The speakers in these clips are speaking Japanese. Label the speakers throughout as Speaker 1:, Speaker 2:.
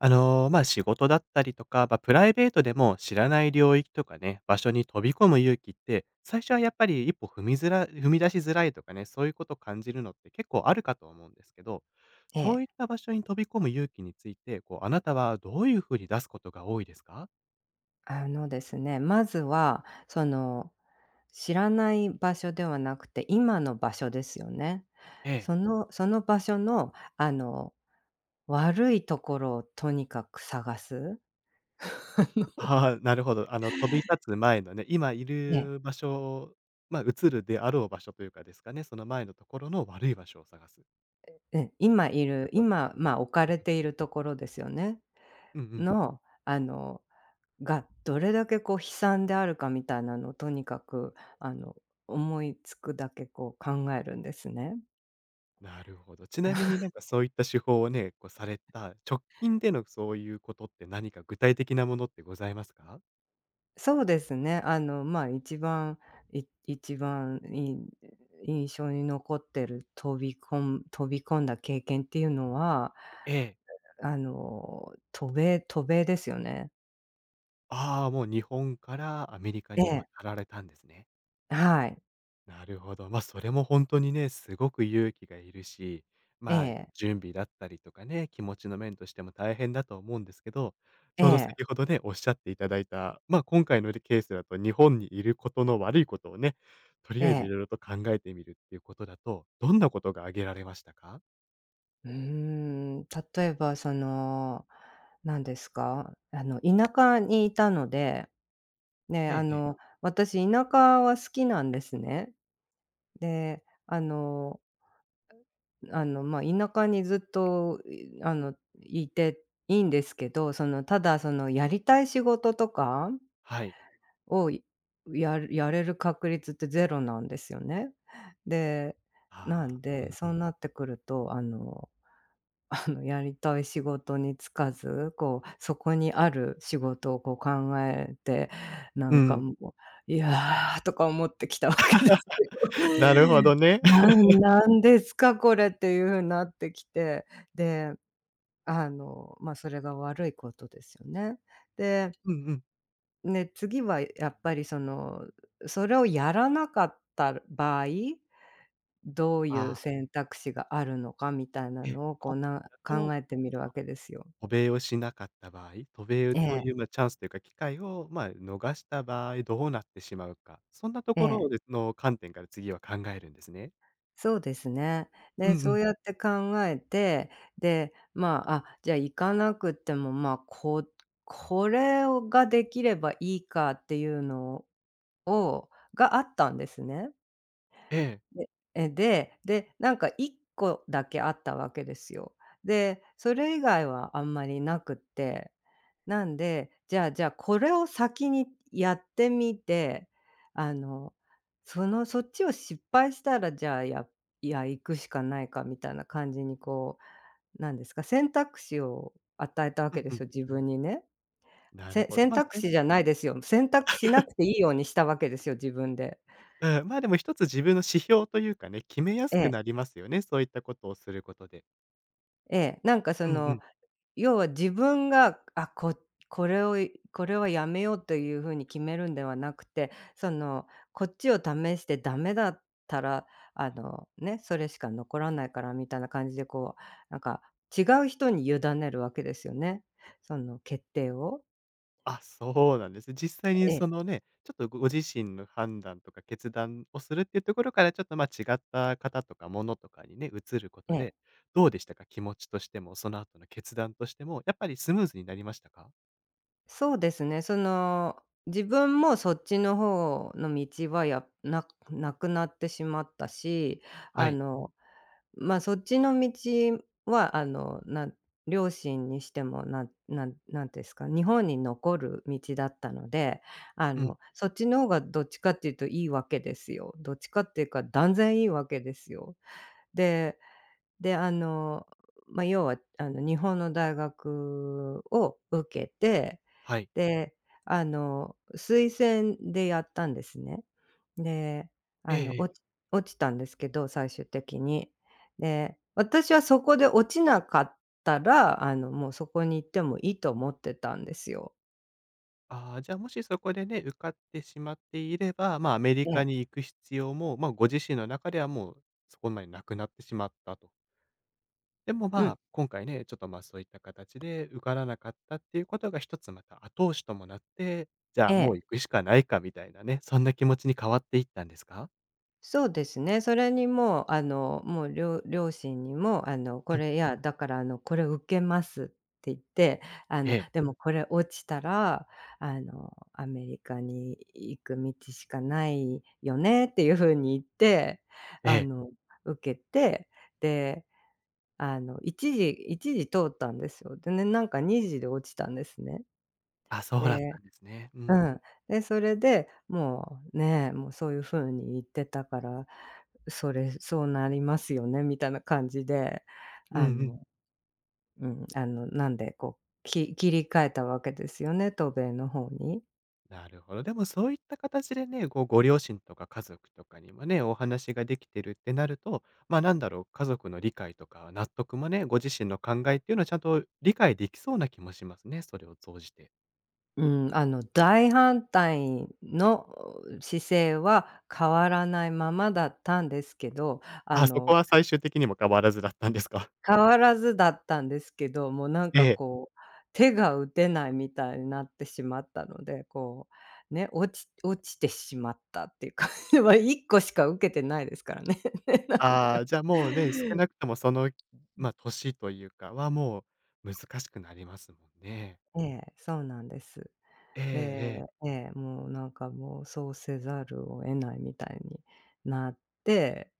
Speaker 1: あの、まあ、仕事だったりとか、まあ、プライベートでも知らない領域とかね、場所に飛び込む勇気って、最初はやっぱり一歩踏み出しづらいとかね、そういうことを感じるのって結構あるかと思うんですけど、
Speaker 2: え
Speaker 1: そう
Speaker 2: え、
Speaker 1: いった場所に飛び込む勇気について、こう、あなたはどういうふうに出すことが多いですか？
Speaker 2: あのですね、まずは、その、知らない場所ではなくて、今の場所ですよね。
Speaker 1: ええ。
Speaker 2: その場所の、悪いところをとにかく探す。
Speaker 1: ああ、なるほど。あの、飛び立つ前のね、今い
Speaker 2: ね、
Speaker 1: る場所、まあ、移るであろう場所というかですかね、その前のところの悪い場所を探す。
Speaker 2: うん、今い
Speaker 1: な
Speaker 2: る、
Speaker 1: るほど。
Speaker 2: 今、
Speaker 1: う
Speaker 2: ま、あ置か
Speaker 1: ん
Speaker 2: れ
Speaker 1: うん。
Speaker 2: ているところですよね。
Speaker 1: うんうん。
Speaker 2: の、あの、が、どれだけこう悲惨であるかみたいなのをとにかく、あの、思いつくだけこう考えるんですね。
Speaker 1: なるほど。ちなみになんかそういった手法をね、こうされた直近でのそういうことって何か具体的なものってございますか？
Speaker 2: そうですね。まあ、一番印象に残ってる飛び込んだ経験っていうのは、
Speaker 1: ええ。
Speaker 2: 渡米ですよね。
Speaker 1: ああー、もう日本からアメリカ
Speaker 2: え
Speaker 1: に渡
Speaker 2: え、
Speaker 1: られたんですね。
Speaker 2: はい。
Speaker 1: なるほど。まあ、それも本当にね、すごく勇気がいるし、
Speaker 2: え
Speaker 1: まあ、
Speaker 2: え、
Speaker 1: 準備だったりとかね、気持ちの面としても大変だと思うんですけど、ち
Speaker 2: え
Speaker 1: ょうど
Speaker 2: え、
Speaker 1: 先ほどね、おっしゃっていただいた、まあ、今回のケースだと日本にいることの悪いことをね、とり
Speaker 2: え
Speaker 1: あえずいろい
Speaker 2: え。
Speaker 1: ろと考えてみるっていうことだと、どんなことが挙げられましたか？
Speaker 2: うーん、例えばその、なんですか、田舎にいたので、ね、
Speaker 1: ええええ。
Speaker 2: 私田舎は好きなんですね。で、まあ、田舎にずっと、いあの、いていいんですけど、その、ただ、その、やりたい仕事とか
Speaker 1: はい。
Speaker 2: を、やれる確率ってゼロなんですよね。で、な
Speaker 1: ああ、
Speaker 2: ん
Speaker 1: う
Speaker 2: で、
Speaker 1: んう
Speaker 2: そう
Speaker 1: ん。
Speaker 2: なってくると、やりたい仕事に就かず、こう、そこにある仕事をこう考えて、な
Speaker 1: う
Speaker 2: んか
Speaker 1: ん、
Speaker 2: もう、いや、とか思ってきたわけですよ。
Speaker 1: なるほど ね。
Speaker 2: な んなんですか、これっていう風になってきて、で、ま、それが悪いことですよね。で、
Speaker 1: うんうん。
Speaker 2: ね、次はやっぱりその、それをやらなかった場合、どういう
Speaker 1: ああ。
Speaker 2: 選択肢があるのかみたいな
Speaker 1: ええ。
Speaker 2: のをこ
Speaker 1: 今回
Speaker 2: う、
Speaker 1: だと
Speaker 2: 考えてみるわけですよ。
Speaker 1: 渡米をしなかった場合、渡米
Speaker 2: え
Speaker 1: という、
Speaker 2: え、
Speaker 1: まあ、チャンスというか、機会を、まあ、逃した場合どうなってしまうか、そんなと
Speaker 2: え
Speaker 1: ころを
Speaker 2: え、
Speaker 1: での観点から次は考えるんですね。
Speaker 2: そうですね。
Speaker 1: う
Speaker 2: で、
Speaker 1: んう
Speaker 2: そ
Speaker 1: ん。
Speaker 2: うやって考えて、で、まあ、あ、じゃあ行かなくても、まあ、これをができればいいかっていうのをあったんですね。
Speaker 1: ええ。
Speaker 2: で、で、なんか一個だけあったわけですよ。で、それ以外はあんまりなくって、なんで、じゃあ、これを先にやってみて、あの、そのそっちを失敗したら、じゃあ、いや、行くしかないかみたいな感じにこう、なんですか、選択肢を与えたわ
Speaker 1: うん
Speaker 2: けで
Speaker 1: う
Speaker 2: す
Speaker 1: ん。
Speaker 2: よ、自分にね。
Speaker 1: なるほど。
Speaker 2: 選
Speaker 1: まあ、
Speaker 2: 択肢じゃないですよ。選択しなくていいようにしたわけですよ、自分で。
Speaker 1: うん、ま、でも一つ自分の指標というかね、決めやす
Speaker 2: え
Speaker 1: く
Speaker 2: え。
Speaker 1: なりますよね、そういったことをすることで。
Speaker 2: ええ、なんかそ
Speaker 1: うんうん。
Speaker 2: の、要は自分が、あ、これはやめようという風に決めるんではなくて、その、こっちを試してダメだったら、ね、それしか残らないからみたいな感じでこう、なんか違う人に委ねるわけですよね。その決定を。
Speaker 1: あ、そうなんですね。実際に
Speaker 2: え
Speaker 1: そ
Speaker 2: え、
Speaker 1: のね、ちょっとご自身の判断とか決断をするっていうところから、ちょっと、ま、違った方とかものとかにね、移るこ
Speaker 2: え
Speaker 1: と
Speaker 2: え。
Speaker 1: で、どうでしたか？気持ちとしても、その後の決断としても、やっぱりスムーズになりましたか？
Speaker 2: そうですね。その、自分もそっちの方の道はやななくなってしまったし、
Speaker 1: は
Speaker 2: あ
Speaker 1: い。
Speaker 2: のま、そっちの道は、両親にしても、なんていうんですか、日本に残る道だったので、
Speaker 1: うん、
Speaker 2: そっちの方がどっちかっていうといいわけですよ。どっちかっていうか断然いいわけですよ。でで、あの、まあ、要は、日本の大学を受けて、
Speaker 1: はい。
Speaker 2: で、推薦でやったんですね。で、
Speaker 1: ええ
Speaker 2: あの、
Speaker 1: え
Speaker 2: 落
Speaker 1: え。
Speaker 2: ち落ちたんですけど、最終的に。で、私はそこで落ちなかったら、もうそこに行ってもいいと思ってたんですよ。
Speaker 1: ああ、じゃあ、もしそこでね、受かってしまっていれば、ま、あアメリ
Speaker 2: え
Speaker 1: カ
Speaker 2: え。
Speaker 1: に行く必要も、ま、ご自身の中ではもうそこまでなくなってしまったと。でも、
Speaker 2: う
Speaker 1: まあ、
Speaker 2: ん。
Speaker 1: 今回ね、ちょっと、ま、そういった形で受からなかったっていうことが一つまた後押しともなって、じゃ
Speaker 2: え
Speaker 1: あ、もう
Speaker 2: え。
Speaker 1: 行くしかないかみたいなね、そんな気持ちに変わっていったんですか？
Speaker 2: そうですね。それにもう、もう両親にも、
Speaker 1: う
Speaker 2: こ
Speaker 1: ん、
Speaker 2: れ、いや、だから、これ受けますって言って、
Speaker 1: ええ、
Speaker 2: でもこれ落ちたら、アメリカに行く道しかないよねっていう風に言って、
Speaker 1: え
Speaker 2: あ
Speaker 1: え。
Speaker 2: の、受けて、で、一時通ったんですよ。でね、なんか2時で落ちたんですね。
Speaker 1: あ、そうだった
Speaker 2: で
Speaker 1: んですね。う
Speaker 2: う
Speaker 1: ん。
Speaker 2: ん。で、それで、もうね、もうそういう風に言ってたから、それ、そうなりますよねみたいな感じで、
Speaker 1: うん
Speaker 2: あ
Speaker 1: うん。
Speaker 2: の、うん、なんでこう、切り替えたわけですよね、渡米の方に。
Speaker 1: なるほど。でもそういった形でね、ご両親とか家族とかにもね、お話ができてるってなると、ま、なんだろう、家族の理解とか納得もね、ご自身の考えっていうのはちゃんと理解できそうな気もしますね、それを通じて。
Speaker 2: うん、大反対の姿勢は変わらないままだったんですけど、
Speaker 1: あ、そこは最終的にも変わらずだったんですか？
Speaker 2: 変わらずだったんですけど、もうなん
Speaker 1: え
Speaker 2: か
Speaker 1: え。
Speaker 2: こう、手が打てないみたいになってしまったので、こう、ね、落ちてしまったっていうかじは1個 しか受けてないですからね。なん
Speaker 1: あ
Speaker 2: か。
Speaker 1: あ、じゃあもうね、少なくともその、まあ、年というかは、もう難しくなりますもんね。
Speaker 2: ええ、そうなんです。
Speaker 1: えええ
Speaker 2: で、
Speaker 1: え。
Speaker 2: ええ、もうなんかもうそうせざるを得ないみたいになって、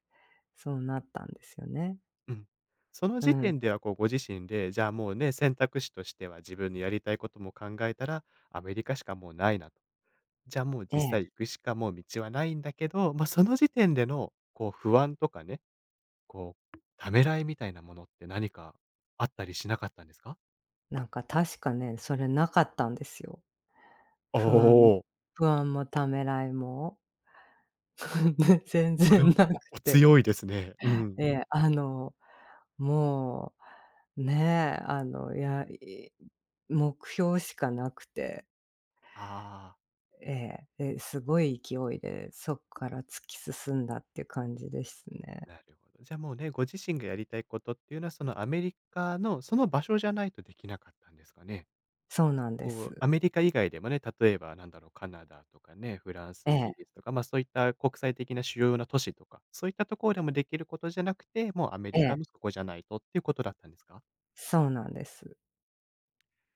Speaker 2: そうなったんですよね。
Speaker 1: うん。その
Speaker 2: う
Speaker 1: 時
Speaker 2: ん。
Speaker 1: 点では、こう、ご自身で、じゃあもうね、選択肢としては自分のやりたいことも考えたら、アメリカしかもうないなと。じゃあもう
Speaker 2: え
Speaker 1: 実際
Speaker 2: え、
Speaker 1: 行くしかもう道はないんだけど、まあ、その時点での、こう、不安とかね、こう、ためらいみたいなものって何かあったりしなかったんですか？
Speaker 2: なんか確かね、それなかったんですよ。
Speaker 1: お
Speaker 2: 不安
Speaker 1: お、
Speaker 2: 不安もためらいも。全
Speaker 1: それ
Speaker 2: 然
Speaker 1: も
Speaker 2: なく
Speaker 1: お
Speaker 2: て。
Speaker 1: 強いですね。うん。
Speaker 2: ええ、もう、ねえ、いや、目標しかなくて、
Speaker 1: ああ。
Speaker 2: ええ、ですごい勢いでそこから突き進んだっていう感じですね。
Speaker 1: なるほど。じゃあもうね、ご自身がやりたいことっていうのは、そのアメリカのその場所じゃないとできなかったんですかね。
Speaker 2: そうなんで
Speaker 1: こう、
Speaker 2: す。
Speaker 1: アメリカ以外でもね、例えばなんだろう、カナダとかね、フランス、
Speaker 2: え
Speaker 1: イギリ
Speaker 2: え、
Speaker 1: スとか、まあそういった国際的な主要な都市とか、そういったところでもできることじゃなくて、もうアメ
Speaker 2: え
Speaker 1: リカ
Speaker 2: え、
Speaker 1: のそこじゃないとっていうことだったんですか？
Speaker 2: そうなんです。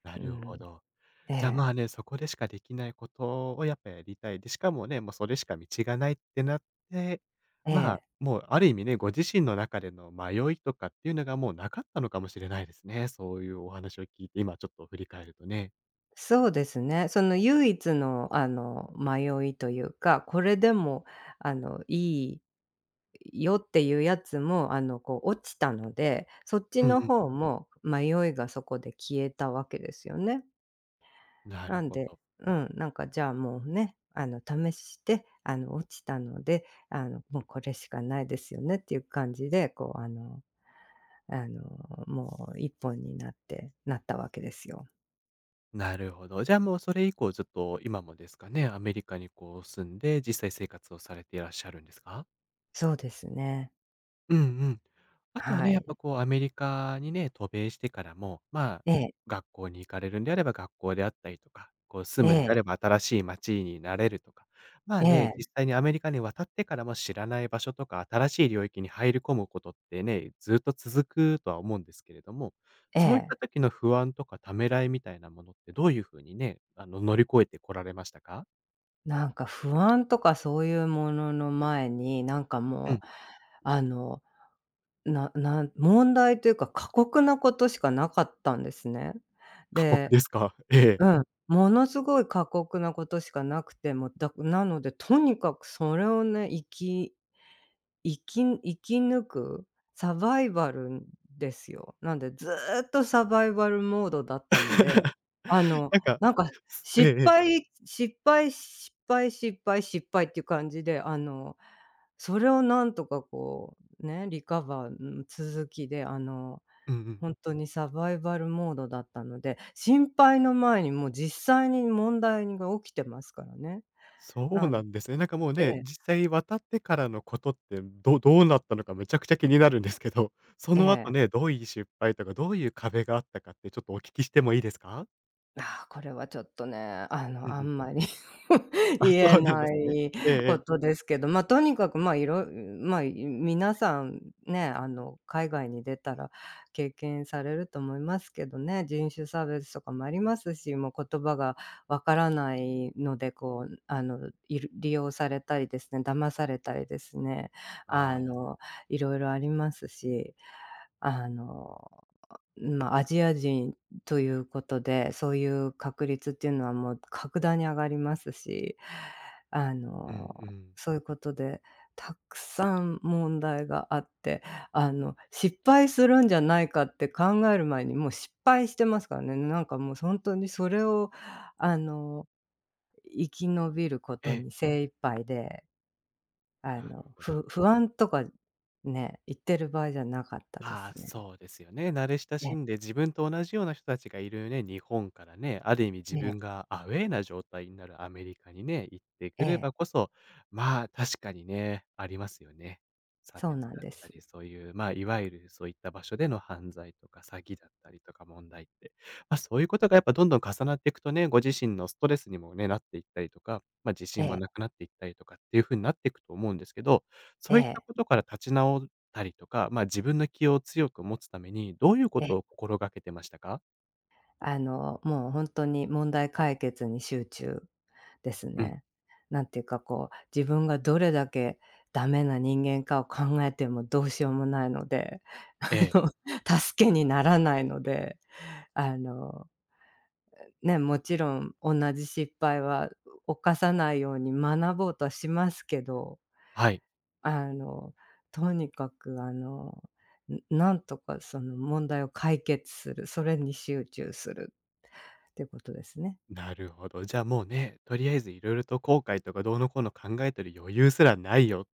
Speaker 1: な
Speaker 2: う
Speaker 1: るほ
Speaker 2: ん。
Speaker 1: ど。
Speaker 2: え
Speaker 1: じゃあ、まあ
Speaker 2: え、
Speaker 1: ね、そこでしかできないことをやっぱやりたい。で、しかもね、もうそれしか道がないってなって、
Speaker 2: え
Speaker 1: まあ、
Speaker 2: え。
Speaker 1: もうある意味ね、ご自身の中での迷いとかっていうのがもうなかったのかもしれないですね。そういうお話を聞いて、今ちょっと振り返るとね。
Speaker 2: そうですね。その唯一のあの、迷いというか、これでもいいよっていうやつも、こう落ちたので、そっち
Speaker 1: うん
Speaker 2: の
Speaker 1: うん。
Speaker 2: 方も迷いがそこで消えたわけですよね。
Speaker 1: なる
Speaker 2: なん
Speaker 1: ほ
Speaker 2: で
Speaker 1: ど。
Speaker 2: うん、なんかじゃあもうね、試して、落ちたので、もうこれしかないですよねっていう感じで、こう、あの、もう一本になってなったわけですよ。
Speaker 1: なるほど。じゃあもうそれ以降ずっと今もですかね、アメリカにこう住んで実際生活をされていらっしゃるんですか？
Speaker 2: そうですね。
Speaker 1: うんうん。あとは
Speaker 2: は
Speaker 1: ね、やっ
Speaker 2: い。
Speaker 1: ぱこうアメリカにね、渡米してからも、まあ、
Speaker 2: ええ、
Speaker 1: 学校に行かれるんであれば学校であったりとか、こう住
Speaker 2: え
Speaker 1: むんであれ
Speaker 2: え、
Speaker 1: ば新しい街になれるとか、ま
Speaker 2: え
Speaker 1: あね、実
Speaker 2: え、
Speaker 1: 際にアメリカに渡ってからも知らない場所とか、新しい領域に入り込むことってね、ずっと続くとは思うんですけれども、
Speaker 2: え
Speaker 1: そういった
Speaker 2: え。
Speaker 1: 時の不安とかためらいみたいなものってどういうふうにね、あの乗り越えてこられましたか？
Speaker 2: なんか不安とかそういうものの前に、なんか
Speaker 1: うん。
Speaker 2: もう、あの、ななん問題というか過酷なことしかなかったんですね。
Speaker 1: 過酷
Speaker 2: で
Speaker 1: ですか？ええ。
Speaker 2: うん、ものすごい過酷なことしかなくて、もうだなのでとにかくそれをね、生き抜くサバイバルですよ。なんでずっとサバイバルモードだったので、あの、
Speaker 1: なんか、
Speaker 2: なんか
Speaker 1: ええ
Speaker 2: 失
Speaker 1: ええ。
Speaker 2: 敗失敗失敗失敗失敗っていう感じで、それをなんとかこう、ね、リカバーん、続きで、
Speaker 1: うんうん。
Speaker 2: ほんとにサバイバルモードだったので、心配の前にもう実際に問題が起きてますからね。
Speaker 1: そう
Speaker 2: なん
Speaker 1: なんですね。なんかもう
Speaker 2: え
Speaker 1: ね、
Speaker 2: え、
Speaker 1: 実際渡ってからのことって、どうなったのかめちゃくちゃ気になるんですけど、そ
Speaker 2: え
Speaker 1: の後
Speaker 2: え。
Speaker 1: ね、どういう失敗とか、どういう壁があったかってちょっとお聞きしてもいいですか？
Speaker 2: ああ、これはちょっとね、
Speaker 1: うん
Speaker 2: あ
Speaker 1: うん。
Speaker 2: んまり
Speaker 1: あ、
Speaker 2: 言
Speaker 1: そ
Speaker 2: え
Speaker 1: うなんで
Speaker 2: な
Speaker 1: すね。
Speaker 2: い
Speaker 1: ええ
Speaker 2: こ
Speaker 1: え
Speaker 2: と
Speaker 1: え。
Speaker 2: ですけど、まあ、とにかく、まあ、まあ、皆さんね、海外に出たら経験されると思いますけどね、人種差別とかもありますし、もう言葉がわからないので、こう、利用されたりですね、騙されたりですね、
Speaker 1: ああ、
Speaker 2: あの、いろいろありますし、あのまあ、アジア人ということで、そういう確率っていうのはもう格段に上がりますし、
Speaker 1: うんうん。
Speaker 2: そういうことで、たくさん問題があって、失敗するんじゃないかって考える前にもう失敗してますからね。なんかもう本当にそれを、あの、生き延びるこ
Speaker 1: え
Speaker 2: と
Speaker 1: え、
Speaker 2: に精一杯で、
Speaker 1: なるほど。
Speaker 2: 不安とかね、言ってる場合じゃなかったで
Speaker 1: まあ、
Speaker 2: すね。
Speaker 1: そうですよね。慣れ親
Speaker 2: え
Speaker 1: し
Speaker 2: え
Speaker 1: んで自分と同じような人たちがいるね、日本からね、ある意味自
Speaker 2: え
Speaker 1: 分
Speaker 2: え
Speaker 1: がアウェーな状態になるアメリカにね、行ってく
Speaker 2: え
Speaker 1: れば
Speaker 2: え、
Speaker 1: こそ、まあ、確かにね、ありますよね。差
Speaker 2: そう
Speaker 1: 別
Speaker 2: なん
Speaker 1: だっ
Speaker 2: で
Speaker 1: た
Speaker 2: す。
Speaker 1: り、そういう、まあ、いわゆるそういった場所での犯罪とか詐欺だったりとか問題って、まあ、そういうことがやっぱどんどん重なっていくとね、ご自身のストレスにもね、なっていったりとか、まあ、自
Speaker 2: え
Speaker 1: 信も
Speaker 2: え、
Speaker 1: なくなっていったりとかっていう風になっていくと思うんですけど、
Speaker 2: え
Speaker 1: そういった
Speaker 2: え、
Speaker 1: ことから立ち直たりとか、まあ、自分の気を強く持つために、どういうこ
Speaker 2: ええ、
Speaker 1: とを心がけてましたか？
Speaker 2: もうほんとに問題解決に集中です
Speaker 1: うん。
Speaker 2: ね。なんていうかこう、自分がどれだけダメな人間かを考えてもどうしようもないので、あ
Speaker 1: ええ。
Speaker 2: の、助けにならないので、あの、ね、もちろん同じ失敗は犯さないように学ぼうとはしますけど、
Speaker 1: はい。
Speaker 2: あの、とにかくあの、なんとかその問題を解決する、それに集中するっていうことですね。
Speaker 1: なるほど。じゃあ、もうね、とりあえずいろいろと後悔とかどうのこうの考えてる余裕すらないよ。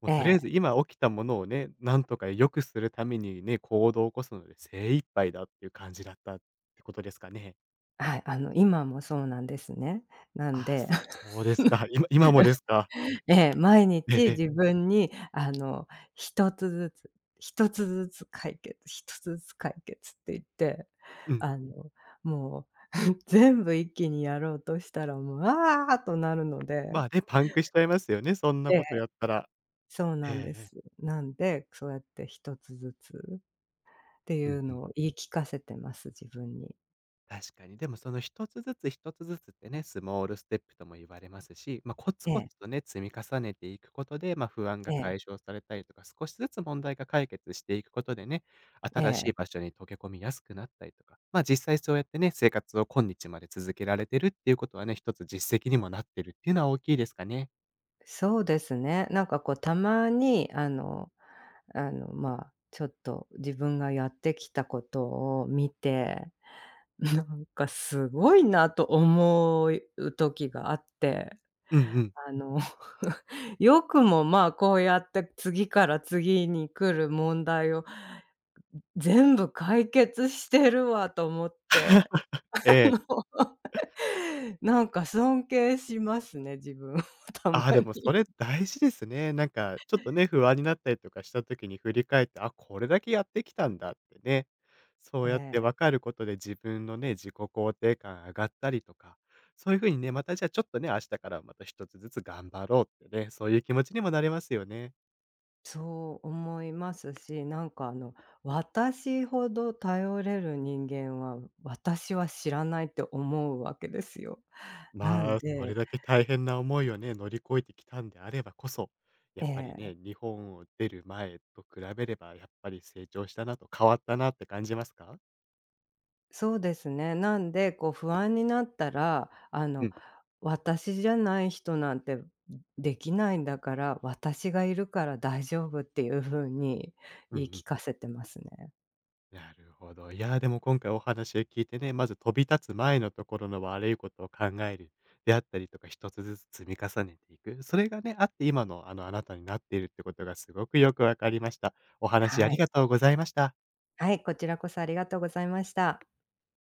Speaker 1: もう
Speaker 2: え
Speaker 1: とりあえず
Speaker 2: え。
Speaker 1: 今起きたものをね、なんとか良くするためにね、行動を起こすので精一杯だっていう感じだったってことですかね？
Speaker 2: はい、今もそうなんですね。なん
Speaker 1: あ、
Speaker 2: で、
Speaker 1: そうですか。今もですか？
Speaker 2: ええ、毎
Speaker 1: えええ
Speaker 2: 日
Speaker 1: え。
Speaker 2: 自分に、一つずつ、一つずつ解決、一つずつ解決って言って、
Speaker 1: うん。
Speaker 2: あの、もう 全部一気にやろうとしたら、もう、あーっとなるので
Speaker 1: まあね、パンクしちゃいますよね、そんな
Speaker 2: ええ、
Speaker 1: ことやったら。
Speaker 2: そう
Speaker 1: え
Speaker 2: な
Speaker 1: え
Speaker 2: んで
Speaker 1: ええ。
Speaker 2: す。なんで、そうやって一つずつってい
Speaker 1: うん
Speaker 2: う
Speaker 1: うん。
Speaker 2: のを言い聞かせてます、自分に。
Speaker 1: 確かに。でもその一つずつ一つずつってね、スモールステップとも言われますし、まあ、コツ
Speaker 2: え
Speaker 1: コ
Speaker 2: え、
Speaker 1: ツとね、積み重ねていくことで、まあ、不安
Speaker 2: え
Speaker 1: が
Speaker 2: え、
Speaker 1: 解消されたりとか、少しずつ問題が解決していくことでね、
Speaker 2: え
Speaker 1: 新しい
Speaker 2: え。
Speaker 1: 場所に溶け込みやすくなったりとか、まあ、実際そうやってね、生活を今日まで続けられてるっていうことはね、一つ実績にもなってるっていうのは大きいですかね。
Speaker 2: そうですね。なんかこうたまにまあ、ちょっと自分がやってきたことを見て、なんかすごいなと思う時があって、
Speaker 1: うんうん。
Speaker 2: あの よくもまあ、こうやって次から次に来る問題を全部解決してるわと思って、
Speaker 1: ええ。
Speaker 2: あの、なんか尊敬しますね、自分をたま
Speaker 1: ああ、でもそ
Speaker 2: に。
Speaker 1: れ大事ですね。なんかちょっとね、不安になったりとかした時に振り返って、あ、これだけやってきたんだってね。そ
Speaker 2: え
Speaker 1: うやって分
Speaker 2: え。
Speaker 1: かることで自分のね、自己肯定感上がったりとか、そういう風にね、またじゃあちょっとね、明日からまた一つずつ頑張ろうってね、そういう気持ちにもなれますよね。
Speaker 2: そう思いますし、なんか私ほど頼れる人間は、私は知らないって思うわけですよ。な
Speaker 1: ま
Speaker 2: ん
Speaker 1: あ、それ
Speaker 2: で
Speaker 1: だけ大変な思いをね、乗り越えてきたんであればこそ、や
Speaker 2: え
Speaker 1: っぱり
Speaker 2: え、
Speaker 1: ね、日本を出る前と比べればやっぱり成長したなと変わったなって感じますか？
Speaker 2: そうですね。なんで、こう不安になったら、
Speaker 1: うん。
Speaker 2: 私じゃない人なんてできないんだから、私がいるから大丈夫っていう風に
Speaker 1: うんう
Speaker 2: 言い聞
Speaker 1: ん。
Speaker 2: かせてますね。
Speaker 1: なるほど。いやー、でも今回お話を聞いてね、まず飛び立つ前のところの悪いことを考えるであったりとか、一つずつ積み重ねていく。それがね、あって今のあの、あなたになっているってことがすごくよくわかりました。お話あ
Speaker 2: は
Speaker 1: り
Speaker 2: い。
Speaker 1: がとうございました。
Speaker 2: はい、こちらこそありがとうございました。